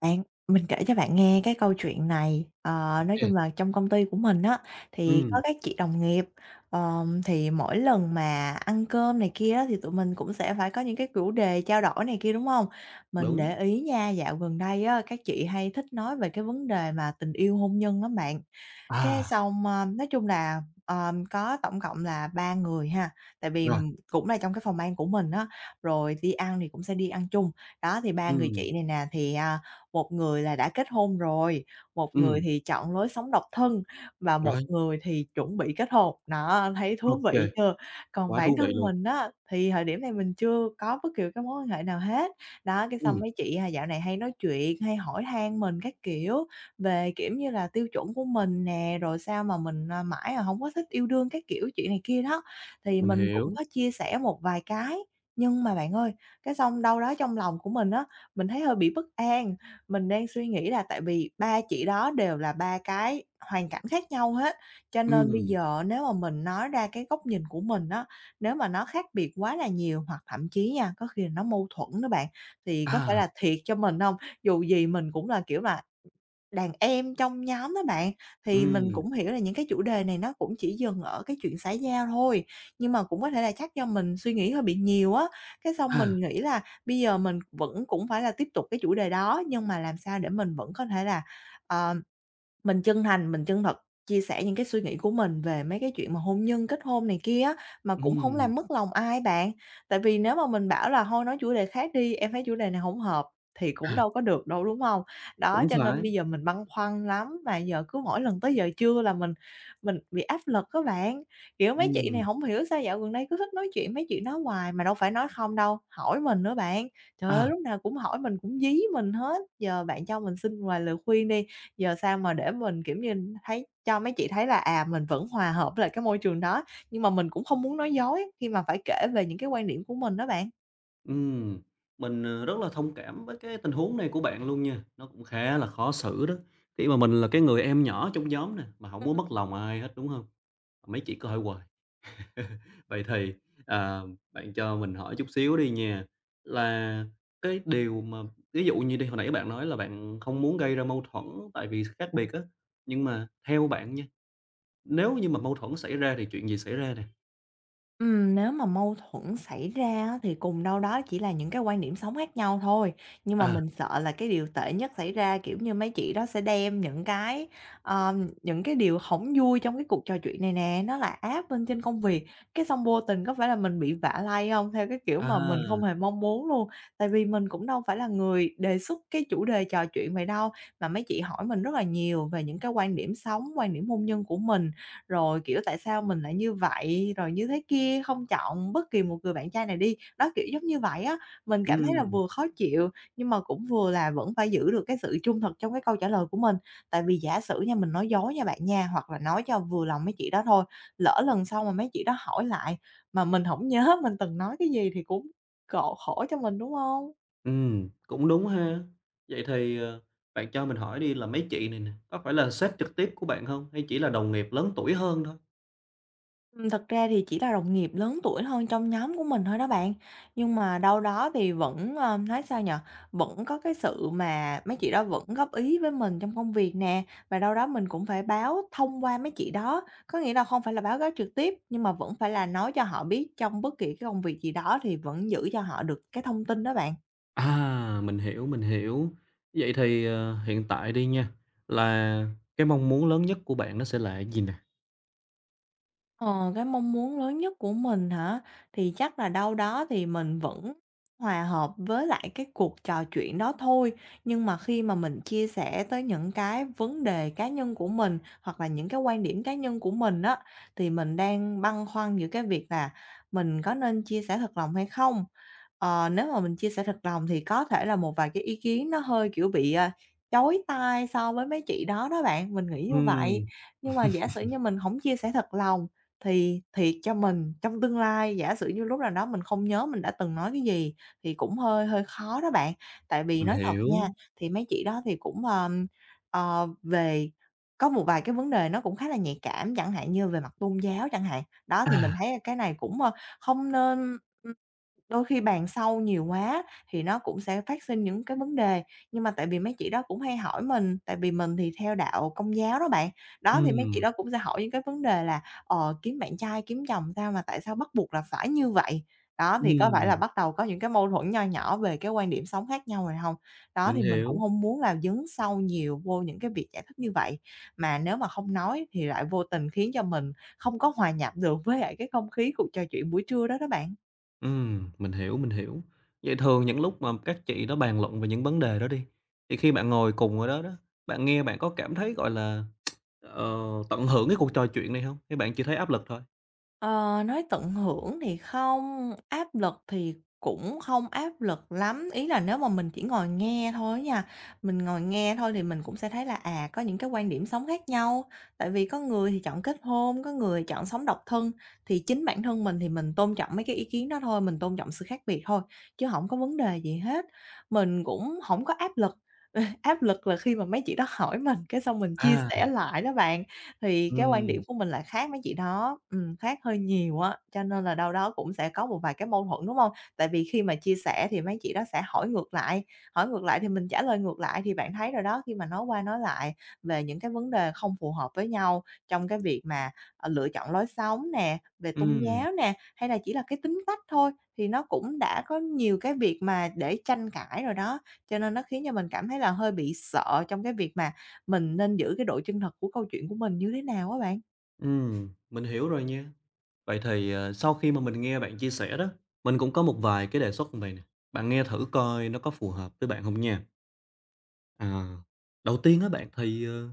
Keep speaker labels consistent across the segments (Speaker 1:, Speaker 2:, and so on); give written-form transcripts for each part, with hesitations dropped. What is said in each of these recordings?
Speaker 1: Bạn, mình kể cho bạn nghe cái câu chuyện này, nói
Speaker 2: Kê.
Speaker 1: chung là trong công ty của mình á, thì có
Speaker 2: Ừm,
Speaker 1: các chị đồng nghiệp, thì mỗi lần mà ăn cơm này kia á, thì tụi mình cũng sẽ phải có những cái chủ đề trao đổi này kia, đúng không? Mình
Speaker 2: đúng.
Speaker 1: để ý nha, dạo gần đây á, các chị hay thích nói về cái vấn đề mà tình yêu hôn nhân lắm bạn. Cái
Speaker 2: À,
Speaker 1: xong, nói chung là, có tổng cộng là 3 người ha, tại vì
Speaker 2: rồi,
Speaker 1: cũng là trong cái phòng ban của mình á, rồi đi ăn thì cũng sẽ đi ăn chung. Đó, thì ba người chị
Speaker 2: ừm,
Speaker 1: này nè thì, một người là đã kết hôn rồi, một người
Speaker 2: ừm,
Speaker 1: thì chọn lối sống độc thân và một
Speaker 2: rồi,
Speaker 1: người thì chuẩn bị kết hôn. Đó, thấy
Speaker 2: ô
Speaker 1: thú
Speaker 2: kê,
Speaker 1: vị chưa? Còn
Speaker 2: quá thú
Speaker 1: bản
Speaker 2: vị
Speaker 1: thân
Speaker 2: luôn.
Speaker 1: mình á, thì thời điểm này mình chưa có bất kỳ cái mối quan hệ nào hết. Đó, cái xong
Speaker 2: Ừm,
Speaker 1: mấy chị, dạo này hay nói chuyện, hay hỏi han mình các kiểu về, kiểu như là, tiêu chuẩn của mình nè, rồi sao mà mình, mãi là không có thích yêu đương các kiểu chuyện này kia đó. Thì
Speaker 2: mình
Speaker 1: mình cũng
Speaker 2: hiểu.
Speaker 1: có chia sẻ một vài cái, nhưng mà bạn ơi, cái xong đâu đó trong lòng của mình á, mình thấy hơi bị bất an. Mình đang suy nghĩ là tại vì ba chị đó đều là ba cái hoàn cảnh khác nhau hết, cho nên bây
Speaker 2: Ừm,
Speaker 1: giờ nếu mà mình nói ra cái góc nhìn của mình á, nếu mà nó khác biệt quá là nhiều hoặc thậm chí nha, có khi là nó mâu thuẫn đó bạn, thì có phải
Speaker 2: à,
Speaker 1: là thiệt cho mình không? Dù gì mình cũng là, kiểu là, đàn em trong nhóm đó bạn, thì mình
Speaker 2: ừm,
Speaker 1: cũng hiểu là những cái chủ đề này nó cũng chỉ dừng ở cái chuyện xã giao thôi, nhưng mà cũng có thể là chắc do mình suy nghĩ hơi bị nhiều á, cái xong
Speaker 2: à,
Speaker 1: mình nghĩ là bây giờ mình vẫn cũng phải là tiếp tục cái chủ đề đó, nhưng mà làm sao để mình vẫn có thể là, ờ, mình chân thành, mình chân thật chia sẻ những cái suy nghĩ của mình về mấy cái chuyện mà hôn nhân, kết hôn này kia á, mà cũng hổng
Speaker 2: ừm,
Speaker 1: làm mất lòng ai bạn. Tại vì nếu mà mình bảo là "Thôi nói chủ đề khác đi, em thấy chủ đề này hổng hợp" thì cũng
Speaker 2: à,
Speaker 1: đâu có được đâu, đúng hông? Đó,
Speaker 2: cũng
Speaker 1: cho nên
Speaker 2: phải,
Speaker 1: bây giờ mình băn khoăn lắm, mà giờ cứ mỗi lần tới giờ trưa là mình bị áp lực á bạn. Kiểu, mấy chị này
Speaker 2: ừm,
Speaker 1: hổng hiểu sao dạo gần đây cứ thích nói chuyện mấy chuyện đó hoài, mà đâu phải nói không đâu, hỏi mình nữa bạn. Trời ơi,
Speaker 2: à,
Speaker 1: lúc nào cũng hỏi mình, cũng dí mình hết. Giờ bạn cho mình xin vài lời khuyên đi. Giờ sao mà để mình, kiểu như, thấy cho mấy chị thấy là, mình vẫn hòa hợp với lại cái môi trường đó, nhưng mà mình cũng không muốn nói dối khi mà phải kể về những cái quan điểm của mình đó bạn.
Speaker 2: ừm. Mình, rất là thông cảm với cái tình huống này của bạn luôn nha, nó cũng khá là khó xử đó, khi mà mình là cái người em nhỏ trong nhóm nè, mà hổng muốn mất lòng ai hết, đúng hông? Mấy chị có thể hòa. Vậy thì, ờ, bạn cho mình hỏi chút xíu đi nha, là cái điều mà ví dụ như đi, hồi nãy bạn nói là bạn không muốn gây ra mâu thuẫn tại vì khác biệt á, nhưng mà theo bạn nha, nếu như mà mâu thuẫn xảy ra thì chuyện gì xảy ra nè?
Speaker 1: Nếu mà mâu thuẫn xảy ra á, thì cùng đâu đó chỉ là những cái quan điểm sống khác nhau thôi, nhưng mà
Speaker 2: À,
Speaker 1: mình sợ là cái điều tệ nhất xảy ra, kiểu như, mấy chị đó sẽ đem những cái, ờ, những cái điều không vui trong cái cuộc trò chuyện này nè, nó là áp lên trên công việc, cái xong vô tình có phải là mình bị vạ lay không? Theo cái kiểu
Speaker 2: à,
Speaker 1: mà mình không hề mong muốn luôn, tại vì mình cũng đâu phải là người đề xuất cái chủ đề trò chuyện vậy đâu, mà mấy chị hỏi mình rất là nhiều về những cái quan điểm sống, quan điểm hôn nhân của mình, rồi, kiểu, tại sao mình lại như vậy, rồi như thế kia, không chọn bất kỳ một người bạn trai này đi. Đó, kiểu giống như vậy á, mình cảm thấy là
Speaker 2: ừm,
Speaker 1: vừa khó chịu, nhưng mà cũng vừa là vẫn phải giữ được cái sự trung thực trong cái câu trả lời của mình. Tại vì giả sử nha, mình nói dối nha bạn nha, hoặc là nói cho vừa lòng mấy chị đó thôi, lỡ lần sau mà mấy chị đó hỏi lại mà mình không nhớ mình từng nói cái gì thì cũng cộ khổ cho mình, đúng không?
Speaker 2: cũng đúng ha. Vậy thì, bạn cho mình hỏi đi là mấy chị này nè, có phải là sếp trực tiếp của bạn không hay chỉ là đồng nghiệp lớn tuổi hơn thôi?
Speaker 1: Thật ra thì chỉ là đồng nghiệp lớn tuổi hơn trong nhóm của mình thôi đó bạn. Nhưng mà đâu đó thì vẫn, nói sao nhở, vẫn có cái sự mà mấy chị đó vẫn góp ý với mình trong công việc nè, và đâu đó mình cũng phải báo thông qua mấy chị đó. Có nghĩa là không phải là báo cáo trực tiếp, nhưng mà vẫn phải là nói cho họ biết trong bất kỳ cái công việc gì đó thì vẫn giữ cho họ được cái thông tin đó bạn.
Speaker 2: À, mình hiểu, mình hiểu. Vậy thì, hiện tại đi nha, là cái mong muốn lớn nhất của bạn nó sẽ là cái gì nè?
Speaker 1: Ờ, cái mong muốn lớn nhất của mình hả? Thì chắc là đâu đó thì mình vẫn hòa hợp với lại cái cuộc trò chuyện đó thôi. Nhưng mà khi mà mình chia sẻ tới những cái vấn đề cá nhân của mình hoặc là những cái quan điểm cá nhân của mình á, thì mình đang băn khoăn giữa cái việc là mình có nên chia sẻ thật lòng hay không? Ờ, nếu mà mình chia sẻ thật lòng thì có thể là một vài cái ý kiến nó hơi, kiểu, bị, chói tai so với mấy chị đó đó bạn, mình nghĩ như vậy.
Speaker 2: Ừm,
Speaker 1: Nhưng mà giả sử như mình không chia sẻ thật lòng thì thiệt cho mình, trong tương lai giả sử như lúc nào đó mình không nhớ mình đã từng nói cái gì thì cũng hơi hơi khó đó bạn. Tại vì
Speaker 2: mình
Speaker 1: nói thật nha,
Speaker 2: hiểu.
Speaker 1: thì mấy chị đó thì cũng, về có một vài cái vấn đề nó cũng khá là nhạy cảm, chẳng hạn như về mặt tôn giáo chẳng hạn. Đó, thì mình
Speaker 2: À,
Speaker 1: thấy là cái này cũng không nên. Đôi khi bàn sâu nhiều quá thì nó cũng sẽ phát sinh những cái vấn đề, nhưng mà tại vì mấy chị đó cũng hay hỏi mình, tại vì mình thì theo đạo Công giáo đó bạn. Đó, thì mấy chị
Speaker 2: ừm,
Speaker 1: đó cũng sẽ hỏi những cái vấn đề là "Ờ, kiếm bạn trai, kiếm chồng sao mà tại sao bắt buộc là phải như vậy?" Đó, thì có phải là
Speaker 2: ừm,
Speaker 1: bắt đầu có những cái mâu thuẫn nho nhỏ về cái quan điểm sống khác nhau rồi hông? Đó,
Speaker 2: mình
Speaker 1: thì mình cũng
Speaker 2: hiểu.
Speaker 1: hông muốn là dấn sâu nhiều vô những cái việc giải thích như vậy, mà nếu mà không nói thì lại vô tình khiến cho mình không có hòa nhập được với lại cái không khí cuộc trò chuyện buổi trưa đó đó bạn.
Speaker 2: Mình hiểu, mình hiểu. Vậy thường những lúc mà các chị đó bàn luận về những vấn đề đó đi, thì khi bạn ngồi cùng ở đó đó, bạn nghe bạn có cảm thấy, gọi là, ờ, tận hưởng cái cuộc trò chuyện này không? Hay bạn chỉ thấy áp lực thôi?
Speaker 1: Ờ, nói tận hưởng thì không, áp lực thì cũng không áp lực lắm. Ý là nếu mà mình chỉ ngồi nghe thôi nha, mình ngồi nghe thôi thì mình cũng sẽ thấy là, có những cái quan điểm sống khác nhau. Tại vì có người thì chọn kết hôn, có người chọn sống độc thân, thì chính bản thân mình thì mình tôn trọng mấy cái ý kiến đó thôi, mình tôn trọng sự khác biệt thôi, chứ không có vấn đề gì hết. Mình cũng không có áp lực, áp lực là khi mà mấy chị đó hỏi mình, cái xong mình chia
Speaker 2: À,
Speaker 1: sẻ lại đó bạn. Thì cái quan điểm
Speaker 2: ừm,
Speaker 1: của mình lại khác mấy chị đó, khác hơi nhiều á, cho nên là đâu đó cũng sẽ có một vài cái mâu thuẫn, đúng không? Tại vì khi mà chia sẻ thì mấy chị đó sẽ hỏi ngược lại thì mình trả lời ngược lại, thì bạn thấy rồi đó, khi mà nói qua nói lại về những cái vấn đề không phù hợp với nhau trong cái việc mà, lựa chọn lối sống nè, về tôn
Speaker 2: ừm,
Speaker 1: giáo nè, hay là chỉ là cái tính cách thôi, thì nó cũng đã có nhiều cái việc mà để tranh cãi rồi đó. Cho nên nó khiến cho mình cảm thấy là hơi bị sợ trong cái việc mà mình nên giữ cái độ chân thật của câu chuyện của mình như thế nào á bạn?
Speaker 2: mình hiểu rồi nha. Vậy thì, sau khi mà mình nghe bạn chia sẻ đó, mình cũng có một vài cái đề xuất như vầy nè, bạn nghe thử coi nó có phù hợp với bạn không nha. À, đầu tiên á bạn thì,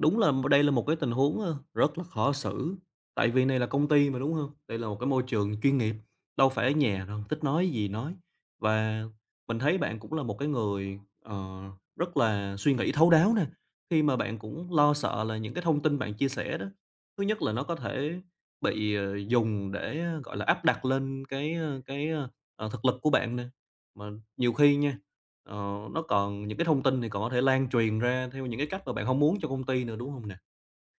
Speaker 2: đúng là đây là một cái tình huống, rất là khó xử, tại vì này là công ty mà, đúng không? Đây là một cái môi trường chuyên nghiệp, đâu phải ở nhà đâu, thích nói gì nói. Và mình thấy bạn cũng là một cái người, rất là suy nghĩ thấu đáo nè, khi mà bạn cũng lo sợ là những cái thông tin bạn chia sẻ đó, thứ nhất là nó có thể bị, dùng để, gọi là, áp đặt lên cái thực lực của bạn nè. Mà nhiều khi nha. Nó còn những cái thông tin thì còn có thể lan truyền ra theo những cái cách mà bạn không muốn cho công ty nữa, đúng hông nè?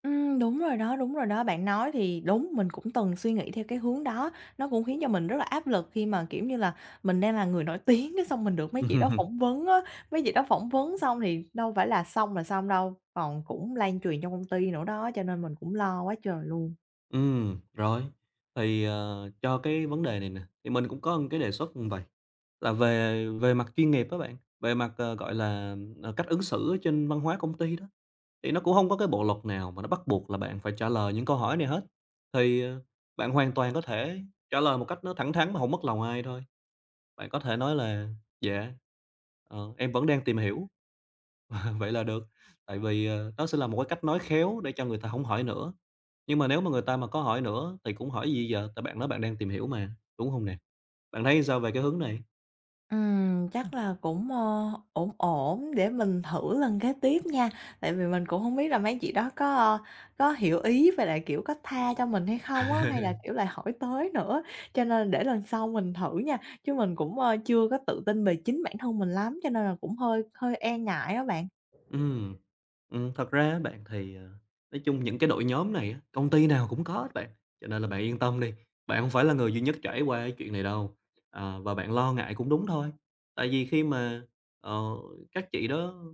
Speaker 1: Đúng rồi đó, đúng rồi đó. Bạn nói thì đúng, mình cũng từng suy nghĩ theo cái hướng đó. Nó cũng khiến cho mình rất là áp lực khi mà, kiểu như là, mình đang là người nổi tiếng cái xong mình được mấy chị đó phỏng vấn á, mấy chị đó phỏng vấn xong thì đâu phải là xong đâu, còn cũng lan truyền trong công ty nữa đó, cho nên mình cũng lo quá trời luôn.
Speaker 2: Rồi, thì, cho cái vấn đề này nè, thì mình cũng có một cái đề xuất như vầy, là về về mặt chuyên nghiệp á bạn, về mặt, gọi là, cách ứng xử ở trên văn hóa công ty đó, thì nó cũng không có cái bộ luật nào mà nó bắt buộc là bạn phải trả lời những câu hỏi này hết. Thì, bạn hoàn toàn có thể trả lời một cách nó thẳng thắn mà không mất lòng ai thôi. Bạn có thể nói là "Dạ, em vẫn đang tìm hiểu." Vậy là được, tại vì, đó sẽ là một cái cách nói khéo để cho người ta không hỏi nữa. Nhưng mà nếu mà người ta mà có hỏi nữa thì cũng hỏi gì giờ, tại bạn nói bạn đang tìm hiểu mà, đúng không nè? Bạn thấy sao về cái hướng này?
Speaker 1: Chắc là cũng ổn ổn để mình thử lần kế tiếp nha, tại vì mình cũng không biết là mấy chị đó có hiểu ý và lại, kiểu, có tha cho mình hay không á, hay là, kiểu, lại hỏi tới nữa. Cho nên để lần sau mình thử nha, chứ mình cũng chưa có tự tin về chính bản thân mình lắm, cho nên là cũng hơi hơi e ngại á bạn.
Speaker 2: Ừm. Thật ra á bạn thì, nói chung những cái đội nhóm này á, công ty nào cũng có hết bạn, cho nên là bạn yên tâm đi, bạn không phải là người duy nhất trải qua cái chuyện này đâu. Ờ, và bạn lo ngại cũng đúng thôi, tại vì khi mà, ờ, các chị đó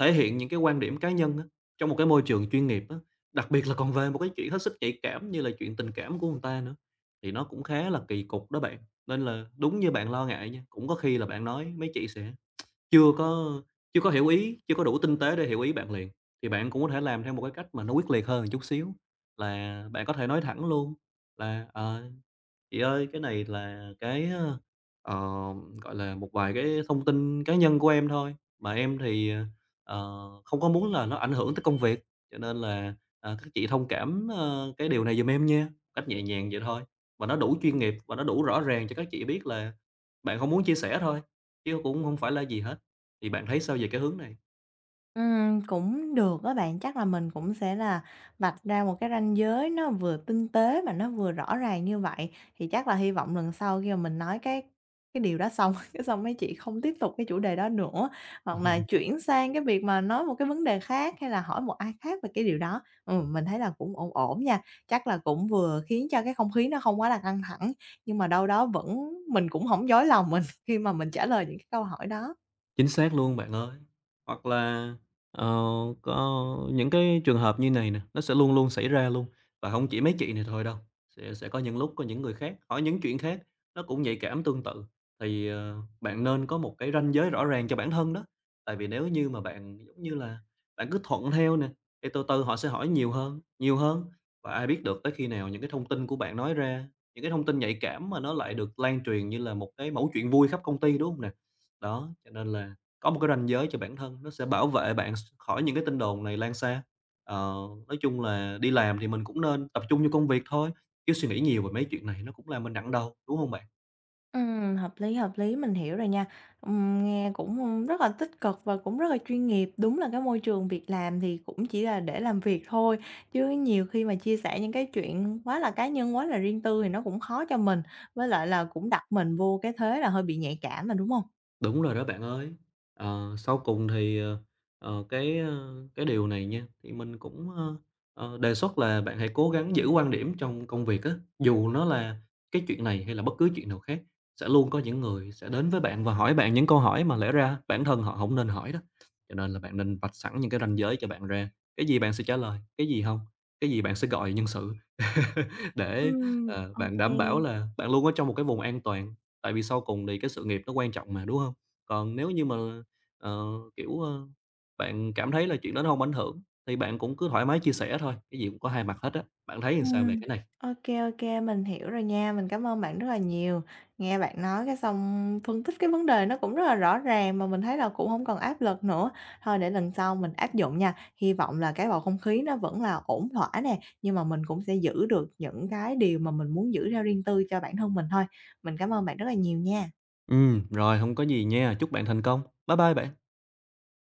Speaker 2: thể hiện những cái quan điểm cá nhân á, trong một cái môi trường chuyên nghiệp á, đặc biệt là còn về một cái chuyện hết sức nhạy cảm như là chuyện tình cảm của người ta nữa, thì nó cũng khá là kỳ cục đó bạn. Nên là đúng như bạn lo ngại nha, cũng có khi là bạn nói mấy chị sẽ chưa có chưa có hiểu ý, chưa có đủ tinh tế để hiểu ý bạn liền, thì bạn cũng có thể làm theo một cái cách mà nó quyết liệt hơn một chút xíu, là bạn có thể nói thẳng luôn là, Chị ơi, cái này là cái, ờ, ờ, gọi là, một vài cái thông tin cá nhân của em thôi, mà em thì, không có muốn là nó ảnh hưởng tới công việc, cho nên là, các chị thông cảm, cái điều này giùm em nha, cách nhẹ nhàng vậy thôi. Và nó đủ chuyên nghiệp và nó đủ rõ ràng cho các chị biết là bạn không muốn chia sẻ thôi, chứ cũng không phải là gì hết. Thì bạn thấy sao về cái hướng này?
Speaker 1: Cũng được á bạn, chắc là mình cũng sẽ là vạch ra một cái ranh giới nó vừa tinh tế mà nó vừa rõ ràng như vậy, thì chắc là hy vọng lần sau khi mà mình nói cái điều đó xong, cái xong mấy chị không tiếp tục cái chủ đề đó nữa, hoặc là chuyển sang cái việc mà nói một cái vấn đề khác, hay là hỏi một ai khác về cái điều đó. Mình thấy là cũng ổn ổn nha, chắc là cũng vừa khiến cho cái không khí nó không quá là căng thẳng, nhưng mà đâu đó vẫn mình cũng không dối lòng mình khi mà mình trả lời những cái câu hỏi đó.
Speaker 2: Chính xác luôn bạn ơi. Hoặc là, ờ, có những cái trường hợp như này nè, nó sẽ luôn luôn xảy ra luôn, và không chỉ mấy chị này thôi đâu, sẽ có những lúc có những người khác, hỏi những chuyện khác, nó cũng nhạy cảm tương tự. Thì, bạn nên có một cái ranh giới rõ ràng cho bản thân đó, tại vì nếu như mà bạn, giống như là, bạn cứ thuận theo nè, thì từ từ họ sẽ hỏi nhiều hơn, và ai biết được tới khi nào những cái thông tin của bạn nói ra, những cái thông tin nhạy cảm mà nó lại được lan truyền như là một cái mẩu chuyện vui khắp công ty, đúng không nè? Đó, cho nên là có một cái ranh giới cho bản thân, nó sẽ bảo vệ bạn s khỏi những cái tin đồn này lan xa. Ờ, nói chung là đi làm thì mình cũng nên tập trung vô công việc thôi, chứ suy nghĩ nhiều về mấy chuyện này nó cũng làm mình nặng đầu, đúng không bạn?
Speaker 1: Hợp lý, mình hiểu rồi nha. Nghe cũng rất là tích cực và cũng rất là chuyên nghiệp. Đúng là cái môi trường việc làm thì cũng chỉ là để làm việc thôi, chứ nhiều khi mà chia sẻ những cái chuyện quá là cá nhân, quá là riêng tư thì nó cũng khó cho mình, với lại là cũng đặt mình vô cái thế là hơi bị nhạy cảm mà, đúng không?
Speaker 2: Đúng rồi đó bạn ơi. Sau cùng thì, cái điều này nha, thì mình cũng, đề xuất là bạn hãy cố gắng giữ quan điểm trong công việc á, dù nó là cái chuyện này hay là bất cứ chuyện nào khác, sẽ luôn có những người sẽ đến với bạn và hỏi bạn những câu hỏi mà lẽ ra bản thân họ không nên hỏi đó. Cho nên là bạn nên vạch sẵn những cái ranh giới cho bạn ra, cái gì bạn sẽ trả lời, cái gì không, cái gì bạn sẽ gọi nhân sự để, bạn
Speaker 1: Ok.
Speaker 2: đảm bảo là bạn luôn ở trong một cái vùng an toàn, tại vì sau cùng thì cái sự nghiệp nó quan trọng mà, đúng không? Còn nếu như mà, ờ, kiểu, bạn cảm thấy là chuyện đó nó hông ảnh hưởng thì bạn cũng cứ thoải mái chia sẻ thôi, cái gì cũng có hai mặt hết á. Bạn thấy làm sao về
Speaker 1: Ừm,
Speaker 2: cái này?
Speaker 1: OK kê, mình hiểu rồi nha, mình cảm ơn bạn rất là nhiều. Nghe bạn nói cái xong phân tích cái vấn đề nó cũng rất là rõ ràng mà mình thấy là cũng không còn áp lực nữa. Thôi để lần sau mình áp dụng nha, hy vọng là cái bầu không khí nó vẫn là ổn thỏa nè, nhưng mà mình cũng sẽ giữ được những cái điều mà mình muốn giữ theo riêng tư cho bản thân mình thôi. Mình cảm ơn bạn rất là nhiều nha.
Speaker 2: Rồi, hông có gì nha, chúc bạn thành công. Bye bye bạn.